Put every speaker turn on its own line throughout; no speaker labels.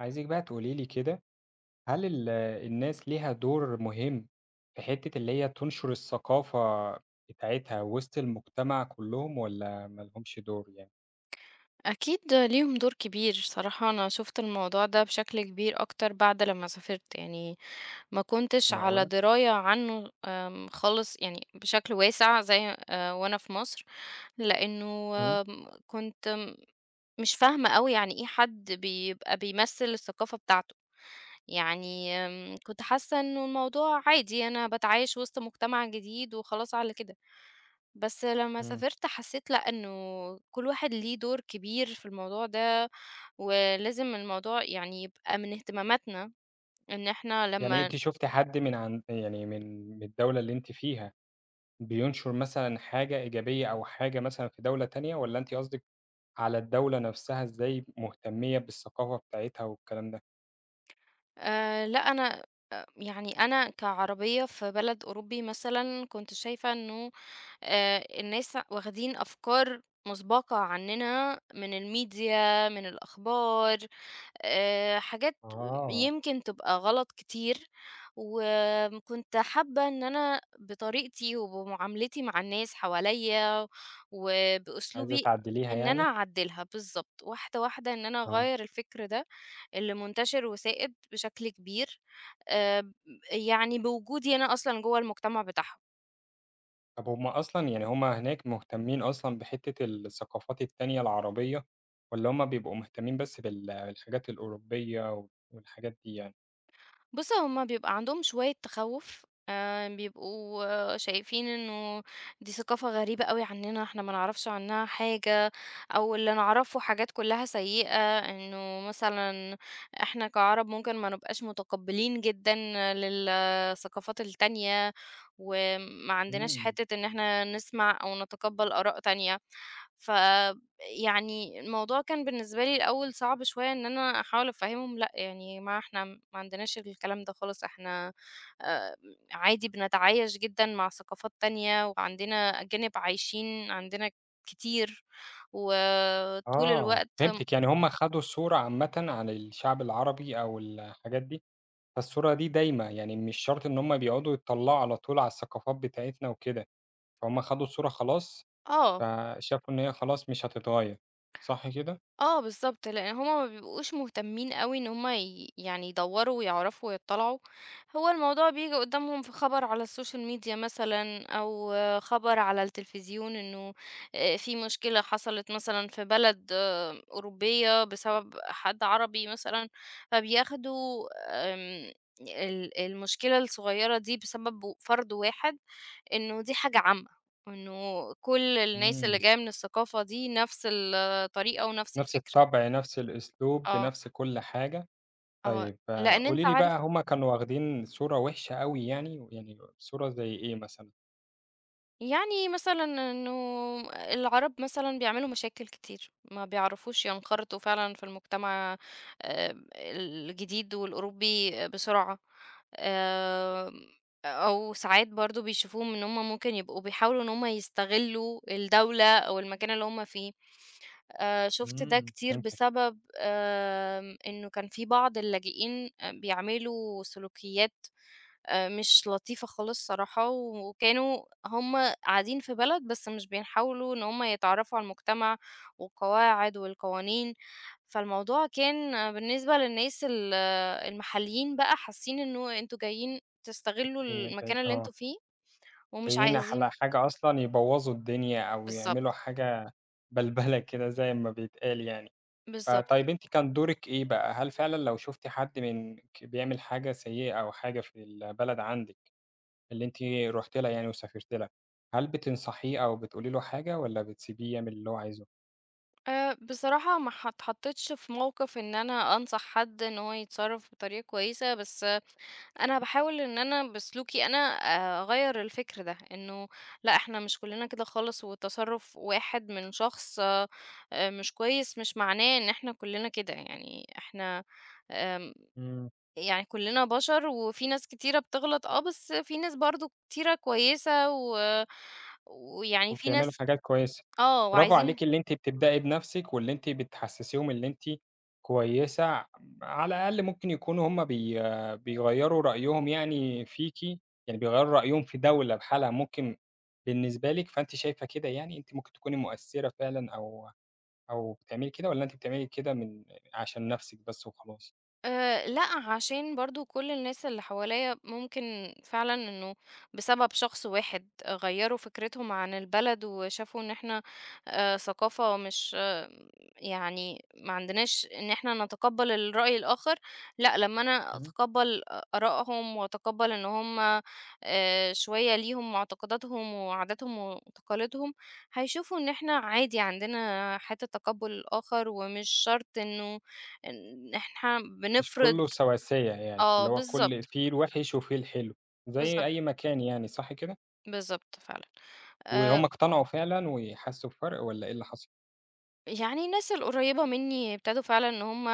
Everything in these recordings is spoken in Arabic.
عايزِك بقى تقولي لي كده، هل الناس ليها دور مهم في حتّة اللي هي تنشر الثقافة بتاعتها وسط المجتمع كلّهم والّا ما لهمش دور يعني؟
أكيد ليهم دور كبير. صراحة، أنا شفت الموضوع ده بشكل كبير أكتر بعد لما سافرت. يعني ما كنتش على
معقولة!
دراية عنه خالص، يعني بشكل واسع زي وأنا في مصر. لأنه
إمم.
كنت مش فاهمة أوي يعني إيه حد بيبقى بيمثل الثقافة بتاعته. يعني كنت حاسة إنه الموضوع عادي، أنا بتعايش وسط مجتمع جديد وخلاص على كده. بس لمّا
إمم.
سافرت حسّيت لأ، إنه كل واحد ليه دور كبير في الموضوع ده، ولازم الموضوع يعني يبقى من اهتماماتنا، إن إحنا
يعني
لمّا
أنتِ شُفتِ حد من عن يعني من من الدولة اللي أنتِ فيها بينشر مثلًا حاجة إيجابية أو حاجة مثلًا في دولة تانية والّا أنتِ قصدِك على الدولة نفسها إزاي مهتمية بالثقافة بتاعتها والكلام ده؟
لأ، أنا أ يعني أنا كعربية في بلد أوروبي مثلًا كنت شايفة إنه الناس واخدين أفكار مسبقة عننا من الميديا، من الأخبار. حاجات
آه.
يمكن تبقى غلط كتير، وكنت حابة إن أنا بطريقتي وبمعاملتي مع الناس حواليّا
عايزة
وبأسلوبي
تعدّليها
إن أنا
يعني؟
أعدّلها، بالضبط، واحدة، واحدة إن أنا
آه.
أغيّر الفكر ده اللي منتشر وسائد بشكل كبير، آآ يعني بوجودي أنا أصلًا جوّه المجتمع بتاعهم.
طب هم أصلًا يعني هم هناك مهتمين أصلًا بحتّة الثقافات التانية العربية، والّا هم بيبقوا مهتمين بس بال الحاجات الأوروبية والحاجات دي يعني؟
بُص، هُم بيبقى عندهم شوية تخوُّف، بيبقوا شايفين إنه دي ثقافة غريبة أوي عننا، إحنا ما نعرفش عنها حاجة، أو اللي نعرفه حاجات كلّها سيئة، إنه مثلًا إحنا كعرب ممكن ما نبقاش متقبّلين جدًا للثقافات التانية، وما عندناش
إمم.
حتّة إن إحنا نسمع أو نتقبّل آراء تانية، ف يعني الموضوع كان بالنسبة لي الأول صعب شوية إن أنا أحاول أفهّمهم لأ، يعني يا جماعة إحنا ما عندناش الكلام ده خالص، إحنا آآ عادي بنتعايش جدًا مع ثقافات تانية وعندنا أجانب عايشين عندنا كتير، وطول
آه،
الوقت.
فهمتِك، يعني هم خدوا صورة عامةً عن الشعب العربي أو الحاجات دي، فالصورة دي دايمة، يعني مش شرط إن هم بيقعدوا يتطلّعوا على طول على الثقافات بتاعتنا وكده، فهم خدوا الصورة خلاص،
آه.
فشافوا إن هي خلاص مش هتتغيّر، صح كده؟
آه بالضبط، لإن هُم ما بيبقوش مهتمين أوي إن هُم يعني يدوّروا ويعرفوا ويطّلعوا. هو الموضوع بييجي قدّامهم في خبر على السوشيال ميديا مثلًا أو خبر على التلفزيون إنه في مشكلة حصلت مثلًا في بلد أوروبية بسبب حد عربي مثلًا، فبياخدوا المشكلة الصغيّرة دي بسبب فرد واحد، إنه دي حاجة عامة، إنه كل الناس اللي
إمم.
جاية من الثقافة دي نفس الطريقة ونفس
نفس
الفكر.
الطبع، نفس الأسلوب،
آه.
بنفس كل حاجة.
آه،
طيب
لإن
قولي
أنت
لي
عارف،
بقى هُم كانوا واخدين صورة وِحشة أوي يعني، يعني صورة زي إيه مثلًا؟
يعني مثلًا إنه العرب مثلًا بيعملوا مشاكل كتير، ما بيعرفوش ينخرطوا فعلًا في المجتمع الجديد والأوروبي بسرعة، آمم، أو ساعات برضه بيشوفوهم إن هم ممكن يبقوا بيحاولوا إن هم يستغلوا الدولة أو المكان اللي هم فيه، شُفت ده
إمم.
كتير
فهمتِك،
بسبب إنه كان في بعض اللاجئين بيعملوا سلوكيات مش لطيفة خالص صراحة، وكانوا هُم قاعدين في بلد بس مش بيحاولوا إن هُم يتعرّفوا على المجتمع والقواعد والقوانين، فالموضوع كان بالنسبة للناس ال آه، المحليين بقى حاسين إنه أنتم جايين تستغلوا
يعني
المكان اللي أنتم فيه ومش
جايين
عايزين.
على حاجة أصلًا يبوّظوا الدنيا أو يعملوا
بالضبط،
حاجة بلبلة كده زي ما بيتقال يعني،
بالضبط.
فطيب أنتِ كان دورِك إيه بقى؟ هل فعلًا لو شُفتِ حد منِك بيعمل حاجة سيئة أو حاجة في البلد عندِك اللي أنتِ رُحتِ لها يعني وسافرتِ لها، هل بتنصحيه أو بتقولي له حاجة والّا بتسيبيه يعمل اللي هو عايزه؟
بصراحة ما اتحطيتش في موقف إن أنا أنصح حد إن هو يتصرّف بطريقة كويسة، بس أنا باحاول إن أنا بسلوكي أنا أغيّر الفكر ده، إنه لأ إحنا مش كلّنا كده خالص، وتصرُّف واحد من شخص مش كويس مش معناه إن إحنا كلّنا كده، يعني إحنا آمم
إمم.
يعني كلّنا بشر، وفي ناس كتيرة بتغلط بس في ناس برضه كتيرة كويسة ويعني في
وبتعملوا
ناس
حاجات كويسة، برافو
وعايزين.
عليكِ اللي أنتِ بتبدئي بنفسِك، واللي أنتِ بتحسسيهم اللي أنتِ كويسة، على الأقل ممكن يكونوا هُم بيغيّروا رأيهم يعني فيكِ، يعني بيغيّروا رأيهم في دولة بحالها ممكن بالنسبة لِك، فأنتِ شايفة كده يعني، أنتِ ممكن تكوني مؤثرة فعلًا أو بتعملي كده، والّا أنتِ بتعملي كده من عشان نفسِك بس وخلاص؟
لأ، عشان برضه كل الناس اللي حواليّا ممكن فعلًا إنه بسبب شخص واحد غيّروا فكرتهم عن البلد، وشافوا إن إحنا ثقافة مش يعني ما عندناش إن إحنا نتقبّل الرأي الآخر، لأ، لمّا أنا
إمم.
أتقبّل آرائهم وأتقبّل إن هم شوية ليهم معتقداتهم وعاداتهم وتقاليدهم، هيشوفوا إن إحنا عادي عندنا حتّة تقبُّل الآخر، ومش شرط إنه إن إحنا
مش
بنفرض.
كله سواسية يعني،
آه،
اللي هو كل
بالضبط،
في الوحش وفي الحلو، زي
بالضبط،
أي مكان يعني، صح كده؟
بالضبط فعلًا. آآ،
وهُم اقتنعوا فعلًا وحسّوا بفرق والّا إيه اللي حصل؟
يعني الناس القريبة منّي ابتدوا فعلًا إن هُم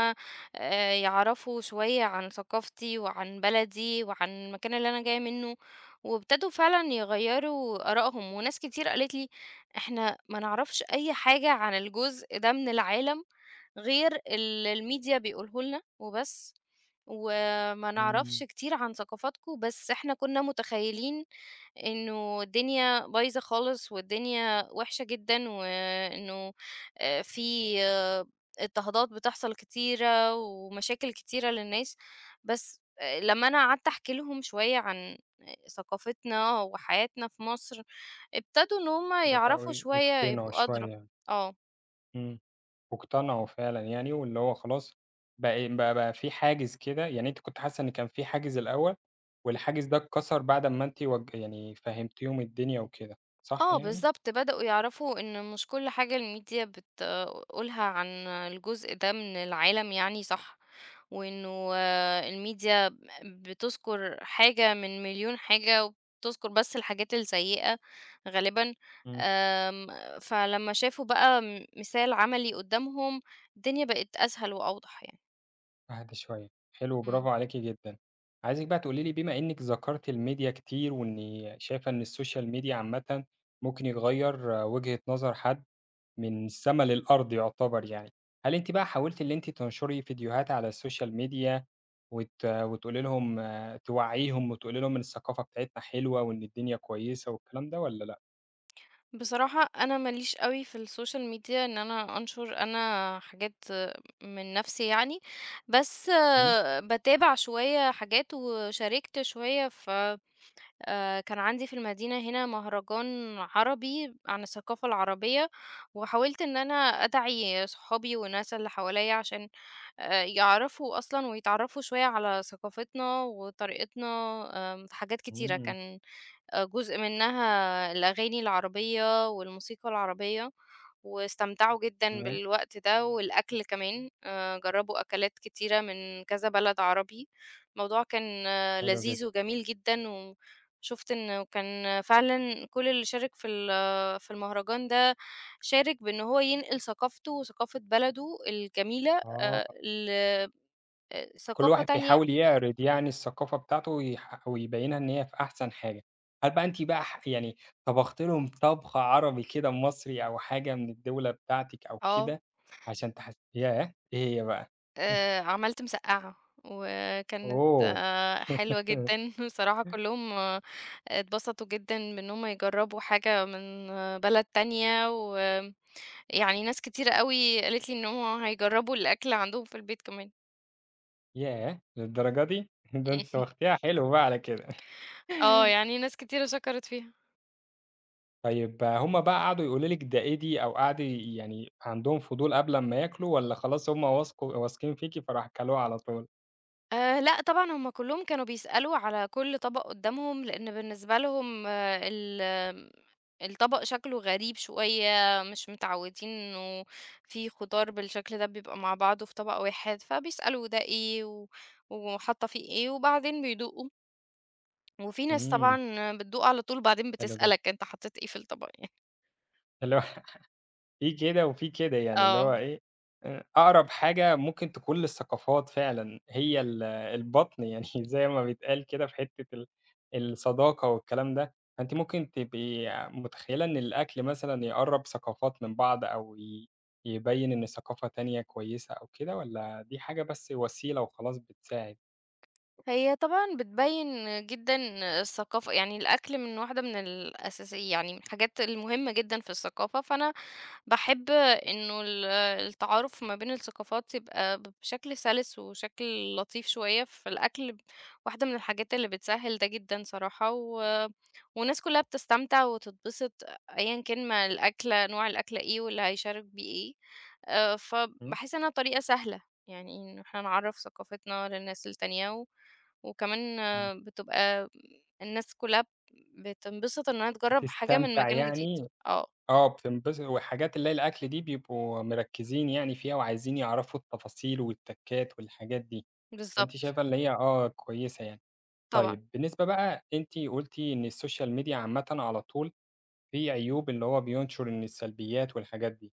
يعرفوا شوية عن ثقافتي وعن بلدي وعن المكان اللي أنا جاية منه، وابتدوا فعلًا يغيّروا آرائهم، وناس كتير قالت لي: "إحنا ما نعرفش أي حاجة عن الجزء ده من العالم غير اللي الميديا بيقوله لنا وبس، وما
إمم.
نعرفش كتير عن ثقافاتكم، بس إحنا كنا متخيلين إنه الدنيا بايظة خالص والدنيا وحشة جدًا، وإنه في اضطهادات بتحصل كتيرة ومشاكل كتيرة للناس"، بس لمّا أنا قعدت أحكي لهم شوية عن ثقافتنا وحياتنا في مصر، ابتدوا إن هُم
بدأوا
يعرفوا
ي
شوية
يقتنعوا
يبقوا أدرى.
شوية،
آه.
إمم. واقتنعوا فعلًا يعني واللي هو خلاص بقى إيه، بقى في حاجز كده، يعني أنتِ كنتِ حاسّة إن كان في حاجز الأول والحاجز ده اتكسر بعد أمّا أنتِ وج يعني فهمتيهم الدنيا وكده، صح
آه
يعني؟
بالضبط، بدأوا يعرفوا إن مش كل حاجة الميديا بتقولها عن الجزء ده من العالم يعني صح، وإنه الميديا بتذكر حاجة من مليون حاجة، وبتذكر بس الحاجات السيئة غالبًا،
إمم.
آمم، فلما شافوا بقى مثال عملي قدّامهم، الدنيا بقت أسهل وأوضح يعني.
أهدى شوية، حلو
إمم.
برافو عليكِ جدًا. عايزِك بقى تقولي لي بما إنِّك ذكرتِ الميديا كتير وإني شايفة إن السوشيال ميديا عامةً ممكن يغيّر وجهة نظر حد من السما للأرض يعتبر يعني، هل أنتِ بقى حاولتِ اللي أنتِ تنشري فيديوهات على السوشيال ميديا وتقولي لهم توعّيهم وتقولي لهم إن الثقافة بتاعتنا حلوة وإن الدنيا كويسة والكلام ده والّا لأ؟
بصراحة أنا ماليش قوي في السوشيال ميديا إن أنا أنشر أنا حاجات من نفسي يعني، بس
إمم.
بتابع شوية حاجات وشاركت شوية. ف آه، كان عندي في المدينة هنا مهرجان عربي عن الثقافة العربية، وحاولت إن أنا أدعي صحابي والناس اللي حواليا عشان يعرفوا أصلا ويتعرفوا شوية على ثقافتنا وطريقتنا. في حاجات كتيرة
إمم.
كان جزء منها الأغاني العربية والموسيقى العربية، واستمتعوا جدًا
تمام،
بالوقت ده والأكل كمان، جرّبوا أكلات كتيرة من كذا بلد عربي، الموضوع كان
حلو
لذيذ
جدًا.
وجميل جدًا، وشُفت إنه كان فعلًا كل اللي شارك في المهرجان ده، شارك بإن هو ينقل ثقافته وثقافة بلده الجميلة
آه،
ل آه،
كل
ثقافة
واحد
تانية.
بيحاول يعرض يعني الثقافة بتاعته ويبيّنها إن هي في أحسن حاجة. هل بقى أنتِ بقى ح يعني طبختِ لهم طبخ عربي كده مصري أو حاجة من الدولة بتاعتِك أو
آه.
كده عشان تحس ياه! إيه هي بقى؟
عملت مسقعة، وكانت
أوه!
حلوة جدًا بصراحة كلّهم اتبسطوا جدًا بإن هُم يجرّبوا حاجة من بلد تانية، ويعني ناس كتيرة أوي قالت لي إن هُم هيجرّبوا الأكل عندهم في البيت كمان.
ياه! للدرجة دي! ده أنتِ واخديها حلو بقى على كده.
يعني ناس كتيرة شكرت فيها.
طيب هُم بقى قعدوا يقولوا لِك ده إيه دي، أو قعدوا يعني عندهم فضول قبل أمّا ياكلوا والّا خلاص هُم واثقين فيكِ فراح كلوها على طول؟
لأ طبعًا هم كلّهم كانوا بيسألوا على كل طبق قدّامهم، لإن بالنسبة لهم ال آمم الطبق شكله غريب شوية، مش متعوّدين إنه في خضار بالشكل ده بيبقى مع بعضه في طبق واحد، فبيسألوا ده إيه وحاطة فيه إيه، وبعدين بيدوقوا، وفي ناس
إمم،
طبعًا بتدوق على طول، بعدين
حلو جدًا.
بتسألك أنت حطيت إيه في الطبق يعني.
حلو في كده وفي كده، يعني اللي
آه.
هو إيه، أقرب حاجة ممكن تكون للثقافات فعلًا هي ال البطن، يعني زي ما بيتقال كده في حتّة ال الصداقة والكلام ده، فأنتِ ممكن تبقي متخيّلة إن الأكل مثلًا يقرّب ثقافات من بعض أو يبيّن إن ثقافة تانية كويسة أو كده، والّا دي حاجة بس وسيلة وخلاص بتساعد؟
هي طبعًا بتبيّن جدًا الثقافة، يعني الأكل من واحدة من الأساسي، يعني من الحاجات المهمة جدًا في الثقافة، فأنا باحب إنه التعارُف ما بين الثقافات يبقى بشكل سَلِس وشكل لطيف شوية، فالأكل واحدة من الحاجات اللي بتسهّل ده جدًا صراحة، والناس كلّها بتستمتع وتتبسط أيًا كان ما الأكلة نوع الأكلة إيه واللي هيشارك بيه إيه،
إمم،
فباحس إنها طريقة سهلة يعني إن إحنا نعرّف ثقافتنا للناس التانية وكمان
إمم،
بتبقى الناس كلها بتنبسط إنها تجرّب حاجة من
بتستمتع
مكان جديد.
يعني
آه،
بتنبسط وحاجات اللي هي الأكل دي بيبقوا مركّزين يعني فيها وعايزين يعرفوا التفاصيل والتكّات والحاجات دي، فأنتِ
بالضبط،
شايفة اللي هي كويسة يعني.
طبعًا.
طيب بالنسبة بقى أنتِ قُلتِ إن السوشيال ميديا عامةً على طول فيه عيوب اللي هو بينشر إن السلبيات والحاجات دي،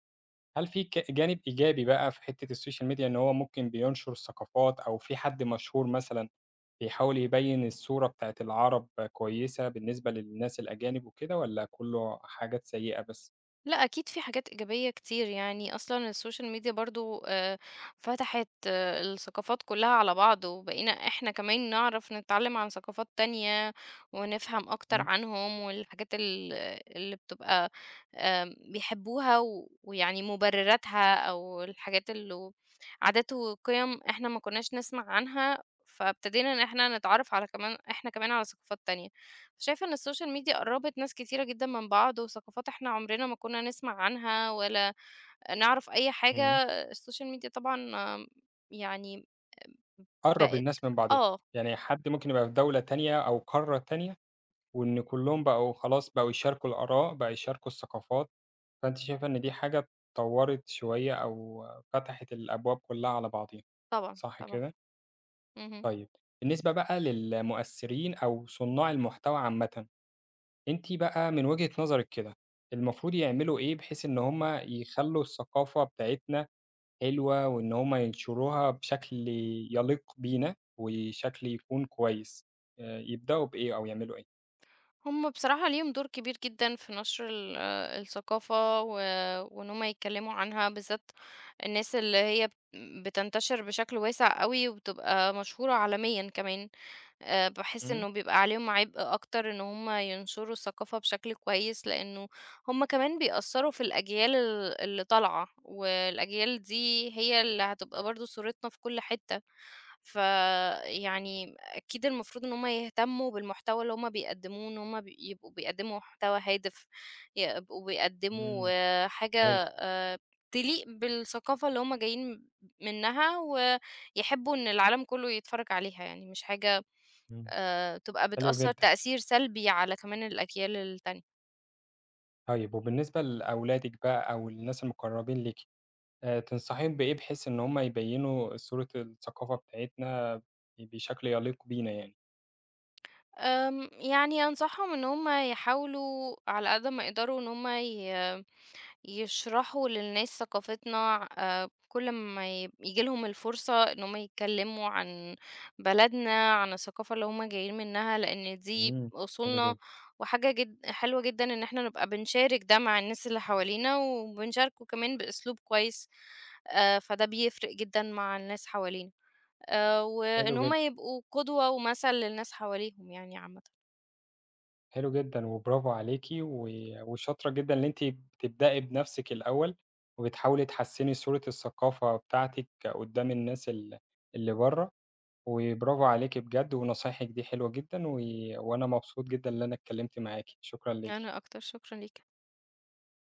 هل في جانب إيجابي بقى في حتّة السوشيال ميديا إن هو ممكن بينشر ثقافات أو في حد مشهور مثلًا بيحاول يبيّن الصورة بتاعة العرب كويسة بالنسبة للناس الأجانب وكده والّا كُلّه حاجات سيئة بس؟
لأ أكيد في حاجات إيجابية كتير، يعني أصلًا السوشيال ميديا برضه فتحت الثقافات كلّها على بعض، وبقينا إحنا كمان نعرف نتعلّم عن ثقافات تانية، ونفهم أكتر عنهم، والحاجات اللي بتبقى بيحبوها ويعني مبرراتها، أو الحاجات اللي عادات وقِيَم إحنا ما كناش نسمع عنها، فابتدينا إن إحنا نتعرف على كمان إحنا كمان على ثقافات تانية. شايفة إن السوشيال ميديا قرّبت ناس كتيرة جدًا من بعض، وثقافات إحنا عمرنا ما كنا نسمع عنها ولا نعرف أي حاجة،
إمم.
السوشيال ميديا طبعًا آم، يعني
قرّب
بقت
الناس من بعضها،
آه،
يعني حد ممكن يبقى في دولة تانية أو قارة تانية، وإن كلّهم بقوا خلاص بقوا يشاركوا الآراء، بقى يشاركوا الثقافات، فأنتِ شايفة إن دي حاجة اتطوّرت شوية أو فتحت الأبواب كلّها على بعضيها،
طبعًا،
صح
طبعًا،
كده؟
اهم.
طيب، بالنسبة بقى للمؤثرين أو صناع المحتوى عامةً، أنتِ بقى من وجهة نظرِك كده، المفروض يعملوا إيه بحيث إن هُم يخلّوا الثقافة بتاعتنا حلوة وإن هم ينشروها بشكل يليق بينا وشكل يكون كويس، يبدأوا بإيه أو يعملوا إيه؟
هم بصراحة ليهم دور كبير جدًا في نشر ال آه، الثقافة وإن هم يتكلموا عنها، بالذات الناس اللي هي بتنتشر بشكل واسع أوي، وبتبقى مشهورة عالميًا كمان. باحس
إمم،
إنه بيبقى عليهم عبء أكتر إن هُم ينشروا الثقافة بشكل كويس، لإنه هُم كمان بيأثّروا في الأجيال اللي طالعة، والأجيال دي هي اللي هتبقى برضه صورتنا في كل حتة، فيعني أكيد المفروض إن هُم يهتموا بالمحتوى اللي هُم بيقدموه، إن هُم يبقوا بيقدموا محتوى هادف، يبقوا بيقدموا
إمم،
حاجة
حلو،
آآ تليق بالثقافة اللي هُم جايين منها، ويحبوا إن العالم كله يتفرج عليها، يعني مش حاجة
إمم.
تبقى
حلو
بتأثّر
جدًا.
تأثير سلبي على كمان الأجيال التانية.
طيب وبالنسبة لأولادِك بقى أو الناس المقرّبين ليكِ، تنصحيهم بإيه بحيث إن هم يبيّنوا صورة الثقافة بتاعتنا بشكل يليق بينا يعني؟
يعني أنصحهم إن هُم يحاولوا على قد ما يقدروا إن هُم يشرحوا للناس ثقافتنا كل ما ييجي لهم الفرصة إن هُم يتكلموا عن بلدنا، عن الثقافة اللي هُم جايين منها، لإن دي
إمم، حلو
أصولنا
جدًا.
وحاجة جد حلوة جدًا إن إحنا نبقى بنشارك ده مع الناس اللي حوالينا، وبنشاركه كمان بأسلوب كويس، فده بيفرق جدًا مع الناس حوالينا.
حلو
وإن هم
جدًا.
يبقوا قدوة ومثل للناس حواليهم يعني عامةً.
حلو جدًا، وبرافو عليكِ، وشاطرة جدًا إن أنتِ بتبدئي بنفسِك الأول، وبتحاولي تحسّني صورة الثقافة بتاعتِك قدّام الناس اللي برّه، وبرافو عليكِ بجد، ونصايحِك دي حلوة جدًا، وأنا مبسوط جدًا إن أنا اتكلمت معاكِ، شكرًا ليكِ.
أنا أكتر، شكرًا ليك.